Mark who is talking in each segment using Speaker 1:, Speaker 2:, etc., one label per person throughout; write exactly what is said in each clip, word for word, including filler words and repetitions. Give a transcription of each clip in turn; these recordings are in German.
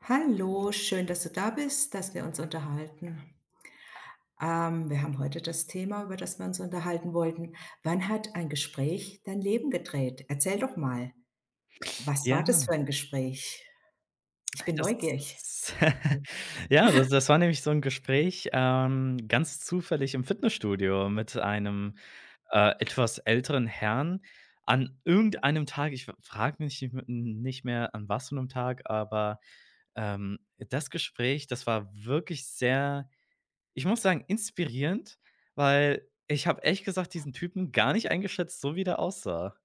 Speaker 1: Hallo, schön, dass du da bist, dass wir uns unterhalten. Ähm, wir haben heute das Thema, über das wir uns unterhalten wollten. Wann hat ein Gespräch dein Leben gedreht? Erzähl doch mal, was
Speaker 2: Ja,
Speaker 1: war das für ein Gespräch? Ich bin
Speaker 2: das
Speaker 1: neugierig.
Speaker 2: ja, das das war nämlich so 'n Gespräch, ähm, ganz zufällig im Fitnessstudio mit einem, äh, etwas älteren Herrn an irgendeinem Tag. Ich f frage mich nicht m nicht mehr, an was für 'nem Tag, aber, ähm, das Gespräch, das war wirklich sehr, ich muss sagen, inspirierend, weil ich habe ehrlich gesagt diesen Typen gar nicht eingeschätzt, so wie der aussah.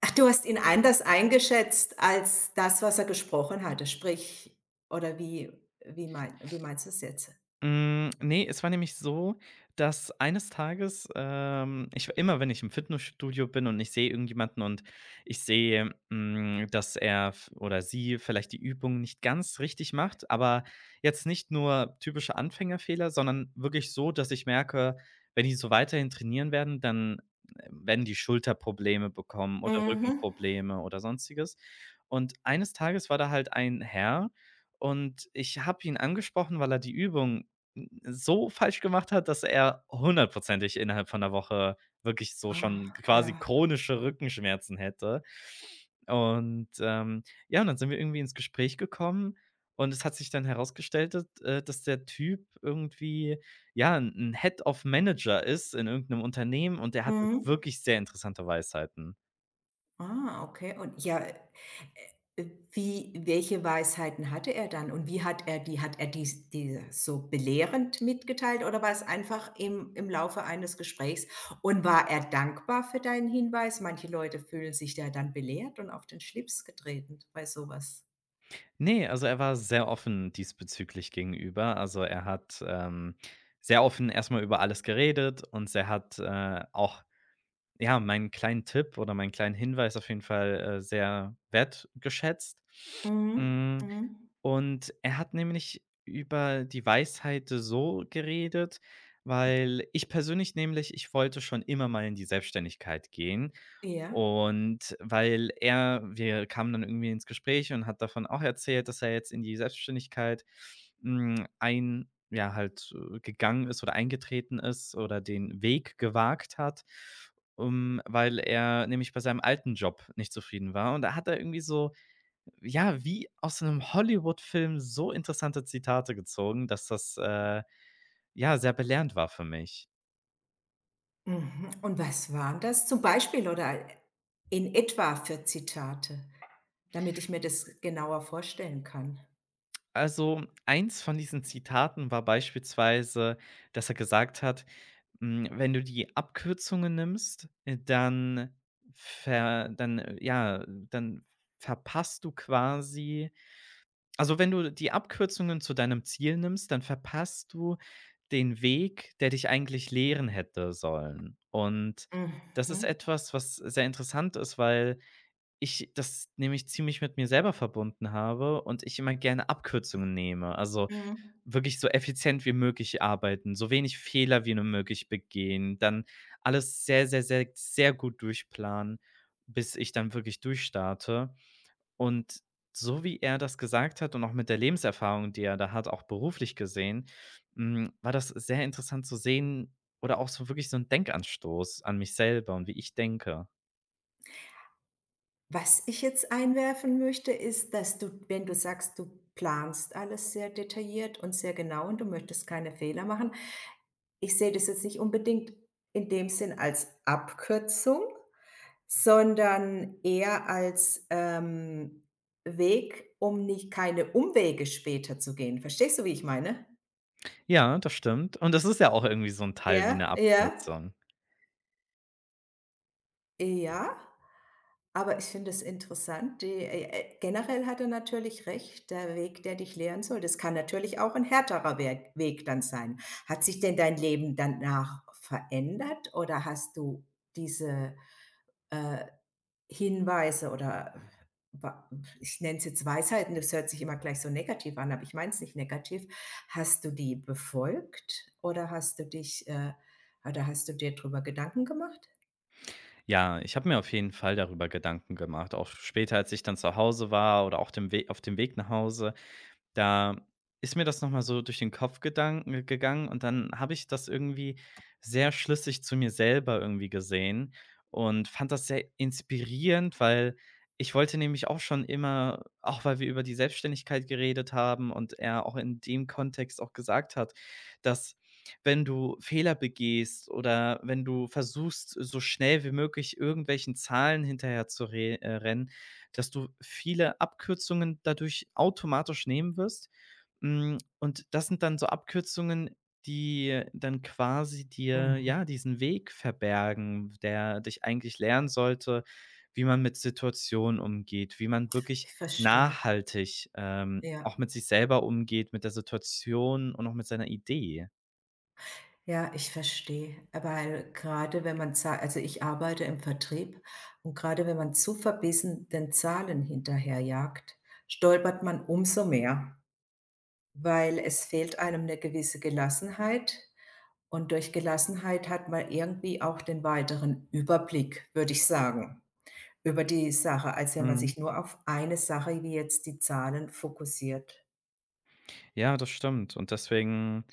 Speaker 1: Ach, du hast ihn anders eingeschätzt als das, was er gesprochen hatte, sprich, oder wie, wie, mein, wie meinst du es jetzt?
Speaker 2: Hm, ne, es war nämlich so, dass eines Tages, ähm ich immer wenn ich im Fitnessstudio bin und ich sehe irgendjemanden und ich sehe, hm, dass er f oder sie vielleicht die Übung nicht ganz richtig macht, aber jetzt nicht nur typische Anfängerfehler, sondern wirklich so, dass ich merke, wenn die so weiterhin trainieren werden, dann äh, werden die Schulterprobleme bekommen oder
Speaker 1: Mhm.
Speaker 2: Rückenprobleme oder Sonstiges. Und eines Tages war da halt ein Herr und ich habe ihn angesprochen, weil er die Übung hm, so falsch gemacht hat, dass er hundertprozentig innerhalb von 'ner Woche wirklich so schon
Speaker 1: Ah,
Speaker 2: quasi
Speaker 1: ja.
Speaker 2: chronische Rückenschmerzen hätte. Und, ähm, ja, und dann sind wir irgendwie ins Gespräch gekommen und es hat sich dann herausgestellt, dat äh, dass der Typ irgendwie, ja, 'n 'n Head of Manager ist in irgend 'nem Unternehmen und der hatte
Speaker 1: Mhm.
Speaker 2: wirklich sehr interessante Weisheiten.
Speaker 1: Ah, okay. Und ja, äh, äh, äh, wie welche Weisheiten hatte er dann und wie hat er die hat er dies die so belehrend mitgeteilt oder war es einfach im im Laufe eines Gesprächs? Und war er dankbar für deinen Hinweis? Manche Leute fühlen sich da dann belehrt und auf den Schlips getreten bei sowas.
Speaker 2: Ne, also, er war sehr offen diesbezüglich gegenüber. Also, er hat, ähm, sehr offen erst mal über alles geredet und er hat, äh, auch ja, meinen kleinen Tipp oder meinen kleinen Hinweis auf jeden Fall, äh, sehr wertgeschätzt.
Speaker 1: Mhm,
Speaker 2: Hm,
Speaker 1: mhm.
Speaker 2: und er hat nämlich über die Weisheit so geredet, weil ich persönlich nämlich, ich wollte schon immer mal in die Selbstständigkeit gehen,
Speaker 1: Ja.
Speaker 2: und weil er wir kamen dann irgendwie ins Gespräch und hat davon auch erzählt, dass er jetzt in die Selbstständigkeit, hm, ein ja, halt, äh, gegangen ist oder eingetreten ist oder den Weg gewagt hat, ähm, weil er nämlich bei seinem alten Job nicht zufrieden war. Und da hat er irgendwie so, ja, wie aus einem Hollywood-Film, so interessante Zitate gezogen, dass das, äh, ja, sehr belehrend war für mich.
Speaker 1: Mhm. Und was waren das zum Beispiel oder in etwa für Zitate, damit ich mir das genauer vorstellen kann?
Speaker 2: Also, eins von diesen Zitaten war beispielsweise, dass er gesagt hat, hm: „Wenn du die Abkürzungen nimmst, äh, dann ver dann, äh, ja, dann verpasst du quasi. Also, wenn du die Abkürzungen zu deinem Ziel nimmst, dann verpasst du den Weg, der dich eigentlich lehren hätte sollen.“ Und das ist
Speaker 1: Mhm.
Speaker 2: etwas, was sehr interessant ist, weil ich das nämlich ziemlich mit mir selber verbunden habe und ich immer gerne Abkürzungen nehme. Also,
Speaker 1: Mhm.
Speaker 2: wirklich so effizient wie möglich arbeiten, so wenig Fehler wie nur möglich begehen, dann alles sehr, sehr, sehr, sehr gut durchplanen, bis ich dann wirklich durchstarte. Und so wie er das gesagt hat und auch mit der Lebenserfahrung, die er da hat, auch beruflich gesehen, hm, war das sehr interessant zu sehen oder auch so wirklich so 'n Denkanstoß an mich selber und wie ich denke.
Speaker 1: Was ich jetzt einwerfen möchte, ist, dass du, wenn du sagst, du planst alles sehr detailliert und sehr genau und du möchtest keine Fehler machen. Ich sehe das jetzt nicht unbedingt in dem Sinn als Abkürzung, sondern eher als, ähm, Weg, um nicht keine Umwege später zu gehen. Verstehst du, wie ich meine?
Speaker 2: Ja, das stimmt. Und das ist ja auch irgendwie so 'n Teil wie
Speaker 1: Ja,
Speaker 2: 'ne
Speaker 1: ja,
Speaker 2: Abkürzung.
Speaker 1: ja. Aber ich finde es interessant, die äh, äh, generell hat er natürlich recht, der Weg, der dich lehren soll, das kann natürlich auch ein härterer Weg Weg dann sein. Hat sich denn dein Leben danach verändert oder hast du diese, äh, Hinweise oder äh, wa ich nenne es jetzt Weisheiten, das hört sich immer gleich so negativ an, aber ich meine es nicht negativ. Hast du die befolgt oder hast du dich, äh oder hast du dir darüber Gedanken gemacht?
Speaker 2: Ja, ich habe mir auf jeden Fall darüber Gedanken gemacht, auch später, als ich dann zu Hause war oder auch dem We auf dem Weg nach Hause. Da ist mir das noch mal so durch den Kopf gedanken gegangen und dann habe ich das irgendwie sehr schlüssig zu mir selber irgendwie gesehen und fand das sehr inspirierend, weil ich wollte nämlich auch schon immer, auch weil wir über die Selbstständigkeit geredet haben und er auch in dem Kontext auch gesagt hat, dass, wenn du Fehler begehst oder wenn du versuchst, so schnell wie möglich irgendwelchen Zahlen hinterher zu re äh, rennen, dass du viele Abkürzungen dadurch automatisch nehmen wirst. Hm, und das sind dann so Abkürzungen, die dann quasi dir,
Speaker 1: Mhm,
Speaker 2: ja, diesen Weg verbergen, der dich eigentlich lernen sollte, wie man mit Situationen umgeht, wie man wirklich
Speaker 1: ich verstehe,
Speaker 2: nachhaltig, ähm,
Speaker 1: ja.
Speaker 2: auch mit sich selber umgeht, mit der Situation und auch mit seiner Idee.
Speaker 1: Ja, ich verstehe. Weil gerade wenn man za also ich arbeite im Vertrieb und gerade wenn man zu verbissen den Zahlen hinterherjagt, stolpert man umso mehr, weil es fehlt einem eine gewisse Gelassenheit und durch Gelassenheit hat man irgendwie auch den weiteren Überblick, würde ich sagen, über die Sache, als wenn man
Speaker 2: Mhm.
Speaker 1: sich nur auf eine Sache, wie jetzt die Zahlen, fokussiert.
Speaker 2: Ja, das stimmt. Und deswegen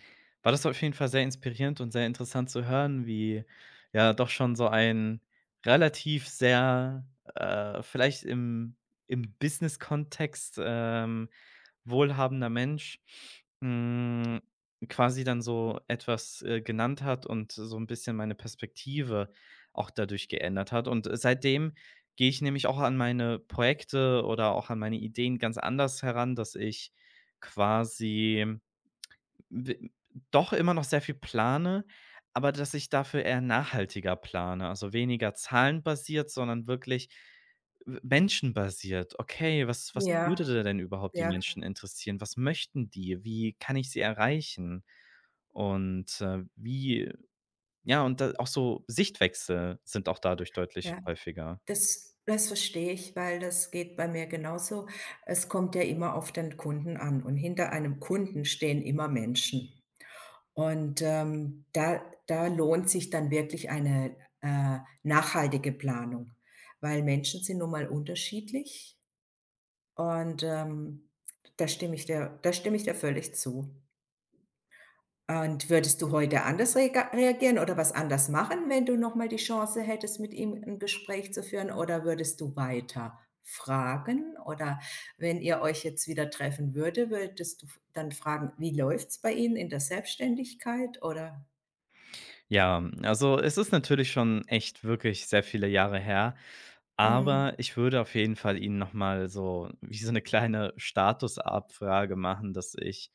Speaker 2: war das auf jeden Fall sehr inspirierend und sehr interessant zu hören, wie ja doch schon so ein relativ sehr, äh, vielleicht im im Business-Kontext, ähm, wohlhabender Mensch, hm, quasi dann so etwas, äh, genannt hat und so ein bisschen meine Perspektive auch dadurch geändert hat. Und seitdem gehe ich nämlich auch an meine Projekte oder auch an meine Ideen ganz anders heran, dass ich quasi w doch immer noch sehr viel plane, aber dass ich dafür eher nachhaltiger plane, also weniger zahlenbasiert, sondern wirklich w menschenbasiert. Okay, was was
Speaker 1: Ja.
Speaker 2: würde denn überhaupt die
Speaker 1: Ja,
Speaker 2: Menschen interessieren? Was möchten die? Wie kann ich sie erreichen? Und, äh, wie ja, und da auch so Sichtwechsel sind auch dadurch deutlich
Speaker 1: ja.
Speaker 2: häufiger.
Speaker 1: Das das verstehe ich, weil das geht bei mir genauso. Es kommt ja immer auf den Kunden an und hinter einem Kunden stehen immer Menschen. Und, ähm, da da lohnt sich dann wirklich eine, äh, nachhaltige Planung, weil Menschen sind nun mal unterschiedlich und, ähm, da stimme ich dir da stimme ich dir völlig zu. Und würdest du heute anders reaga reagieren oder was anders machen, wenn du nochmal die Chance hättest, mit ihm ein Gespräch zu führen? Oder würdest du weiter fragen? Oder wenn ihr euch jetzt wieder treffen würde, würdest du dann fragen: „Wie läuft's bei Ihnen in der Selbstständigkeit?“ Oder
Speaker 2: Ja, also es ist natürlich schon echt wirklich sehr viele Jahre her,
Speaker 1: mhm.
Speaker 2: aber ich würde auf jeden Fall Ihnen noch mal so wie so eine kleine Statusabfrage machen, dass ich,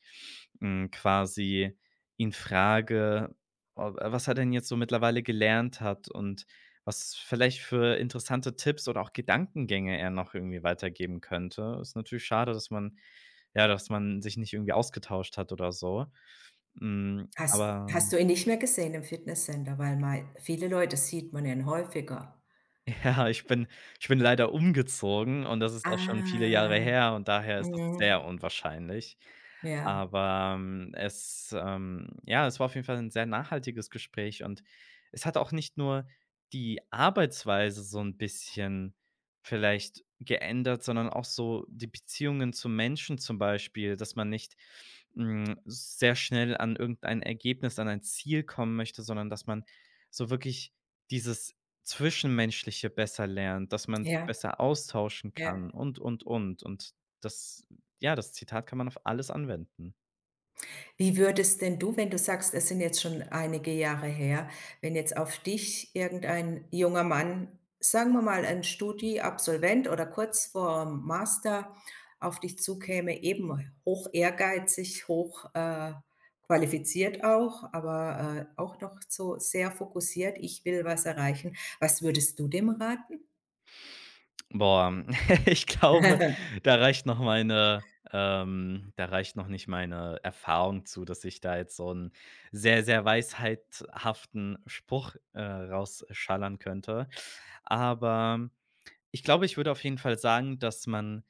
Speaker 2: hm, quasi ihn frage, ob, was er denn jetzt so mittlerweile gelernt hat und was vielleicht für interessante Tipps oder auch Gedankengänge er noch irgendwie weitergeben könnte. Ist natürlich schade, dass man, ja, dass man sich nicht irgendwie ausgetauscht hat oder so. Hm,
Speaker 1: Hast
Speaker 2: aber
Speaker 1: hast du ihn nicht mehr gesehen im Fitnesscenter? Weil mal viele Leute sieht man ihn häufiger.
Speaker 2: ja, ich bin, ich bin leider umgezogen und das ist auch schon viele Jahre
Speaker 1: Ah,
Speaker 2: her und daher ist das sehr
Speaker 1: mhm.
Speaker 2: unwahrscheinlich.
Speaker 1: Ja,
Speaker 2: Aber, ähm, es, ähm ja, es war auf jeden Fall 'n sehr nachhaltiges Gespräch und es hat auch nicht nur die Arbeitsweise so 'n bisschen vielleicht geändert, sondern auch so die Beziehungen zu Menschen zum Beispiel, dass man nicht, hm, sehr schnell an irgendein Ergebnis, an ein Ziel kommen möchte, sondern dass man so wirklich dieses Zwischenmenschliche besser lernt, dass man sich
Speaker 1: ja,
Speaker 2: besser austauschen
Speaker 1: ja.
Speaker 2: kann und, und, und. Und das, ja, das Zitat kann man auf alles anwenden.
Speaker 1: Wie würdest denn du, wenn du sagst, es sind jetzt schon einige Jahre her, wenn jetzt auf dich irgendein junger Mann, sagen wir mal ein Studi-Absolvent oder kurz vorm Master, auf dich zukäme, eben hoch ehrgeizig, hoch äh, qualifiziert auch, aber äh, auch noch so sehr fokussiert, ich will was erreichen. Was würdest du dem raten?
Speaker 2: Boah, ich glaube, da reicht noch meine ähm, da reicht noch nicht meine Erfahrung zu, dass ich da jetzt so einen sehr, sehr weisheithaften Spruch, äh, rausschallern könnte. Aber ich glaube, ich würde auf jeden Fall sagen, dass man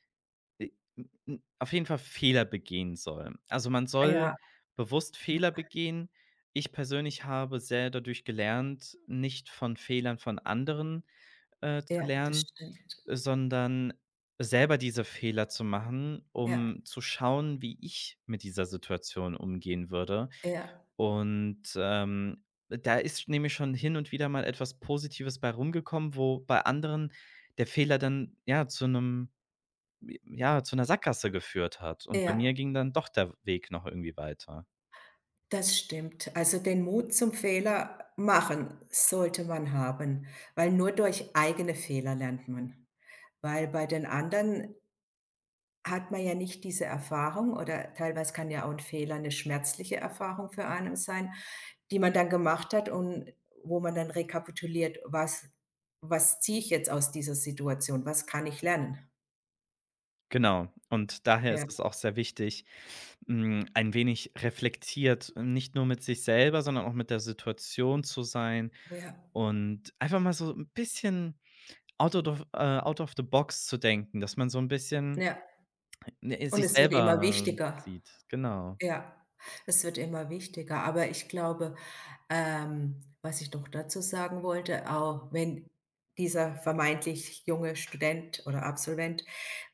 Speaker 2: Äh, m m auf jeden Fall Fehler begehen soll. Also, man soll
Speaker 1: Ja,
Speaker 2: bewusst
Speaker 1: ja,
Speaker 2: Fehler begehen. Ich persönlich habe sehr dadurch gelernt, nicht von Fehlern von anderen, äh, zu
Speaker 1: ja, das
Speaker 2: lernen,
Speaker 1: stimmt.
Speaker 2: äh, sondern selber diese Fehler zu machen,
Speaker 1: Ja,
Speaker 2: um zu schauen, wie ich mit dieser Situation umgehen würde.
Speaker 1: ja,
Speaker 2: Und, ähm, da ist nämlich schon hin und wieder mal etwas Positives bei rumgekommen, wo bei anderen der Fehler dann, ja, zu einem, ja, zu 'ner Sackgasse geführt hat. Und bei
Speaker 1: ja.
Speaker 2: mir ging dann doch der Weg noch irgendwie weiter.
Speaker 1: Das stimmt. Also, den Mut zum Fehler machen sollte man haben, weil nur durch eigene Fehler lernt man. Weil bei den anderen hat man ja nicht diese Erfahrung oder teilweise kann ja auch ein Fehler eine schmerzliche Erfahrung für einen sein, die man dann gemacht hat und wo man dann rekapituliert: „Was was ziehe ich jetzt aus dieser Situation? Was kann ich lernen?“
Speaker 2: Genau. Und daher
Speaker 1: Ja,
Speaker 2: ist es auch sehr wichtig, hm, ein wenig reflektiert, nicht nur mit sich selber, sondern auch mit der Situation zu sein
Speaker 1: ja,
Speaker 2: und einfach mal so 'n bisschen out of the äh, out of the box zu denken, dass man so 'n bisschen,
Speaker 1: ja.
Speaker 2: ne,
Speaker 1: Und
Speaker 2: sich
Speaker 1: es wird immer
Speaker 2: selber
Speaker 1: wichtiger.
Speaker 2: sieht. Genau.
Speaker 1: Ja, es wird immer wichtiger. Aber ich glaube, ähm, was ich noch dazu sagen wollte, auch wenn dieser vermeintlich junge Student oder Absolvent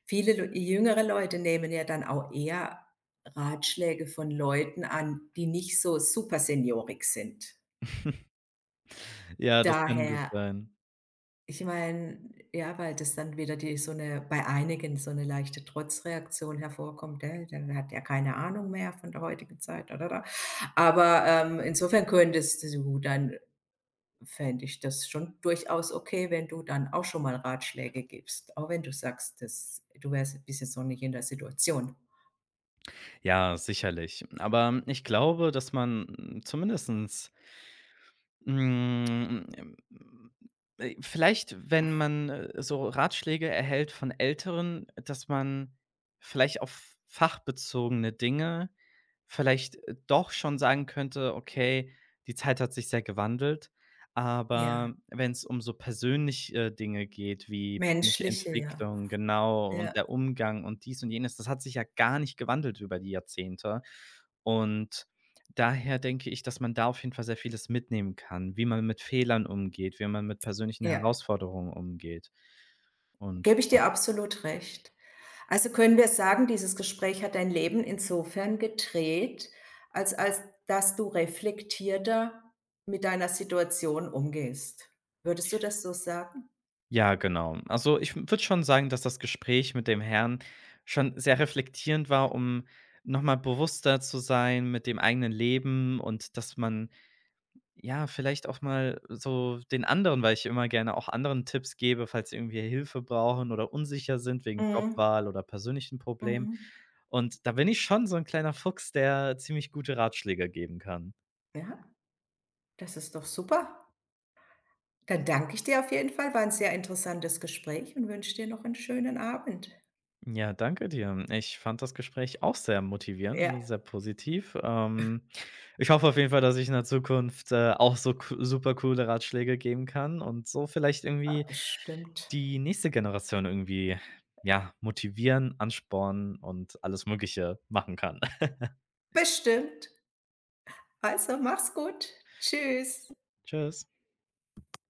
Speaker 1: viele Leu jüngere Leute nehmen ja dann auch eher Ratschläge von Leuten an, die nicht so super seniorig sind.
Speaker 2: Ja, das kann gut
Speaker 1: Daher
Speaker 2: sein.
Speaker 1: ich meine, ja, weil das dann wieder die so eine bei einigen so eine leichte Trotzreaktion hervorkommt, ne? Dann hat er keine Ahnung mehr von der heutigen Zeit. Oder? Oder. Aber, ähm, insofern könntest du dann fände ich das schon durchaus okay, wenn du dann auch schon mal Ratschläge gibst, auch wenn du sagst, dass du wärst bist jetzt noch nicht in der Situation.
Speaker 2: Ja, sicherlich. Aber ich glaube, dass man zumindestens Hm, ähm, äh, vielleicht, wenn man, äh, so Ratschläge erhält von Älteren, dass man vielleicht auf fachbezogene Dinge vielleicht, äh, doch schon sagen könnte: „Okay, die Zeit hat sich sehr gewandelt.“
Speaker 1: Ja,
Speaker 2: Aber wenn es um so persönliche Dinge geht, wie persönliche
Speaker 1: menschliche, ja.
Speaker 2: Entwicklung, genau,
Speaker 1: Ja,
Speaker 2: und der Umgang und dies und jenes, das hat sich ja gar nicht gewandelt über die Jahrzehnte und daher denke ich, dass man da auf jeden Fall sehr vieles mitnehmen kann, wie man mit Fehlern umgeht, wie man mit persönlichen
Speaker 1: ja.
Speaker 2: Herausforderungen umgeht. Und
Speaker 1: Gebe ich dir absolut recht. Also können wir sagen, dieses Gespräch hat dein Leben insofern gedreht, als als dass du reflektierter mit deiner Situation umgehst. Würdest du das so sagen?
Speaker 2: ja, genau. Also, ich würde schon sagen, dass das Gespräch mit dem Herrn schon sehr reflektierend war, um nochmal bewusster zu sein mit dem eigenen Leben und dass man, ja, vielleicht auch mal so den anderen, weil ich immer gerne auch anderen Tipps gebe, falls sie irgendwie Hilfe brauchen oder unsicher sind wegen
Speaker 1: Mhm,
Speaker 2: Jobwahl oder persönlichen Problemen.
Speaker 1: mhm.
Speaker 2: Und da bin ich schon so ein kleiner Fuchs, der ziemlich gute Ratschläge geben kann.
Speaker 1: Ja, das ist doch super. Dann danke ich dir auf jeden Fall. War ein sehr interessantes Gespräch und wünsche dir noch einen schönen Abend.
Speaker 2: Ja, danke dir. Ich fand das Gespräch auch sehr motivierend
Speaker 1: Ja,
Speaker 2: und sehr positiv. Ähm, ich hoffe auf jeden Fall, dass ich in der Zukunft, äh, auch so co super coole Ratschläge geben kann und so vielleicht
Speaker 1: ah,
Speaker 2: irgendwie
Speaker 1: bestimmt.
Speaker 2: die nächste Generation irgendwie, ja, motivieren, anspornen und alles Mögliche machen kann.
Speaker 1: Bestimmt. Also, mach's gut. Tschüss.
Speaker 2: Tschüss.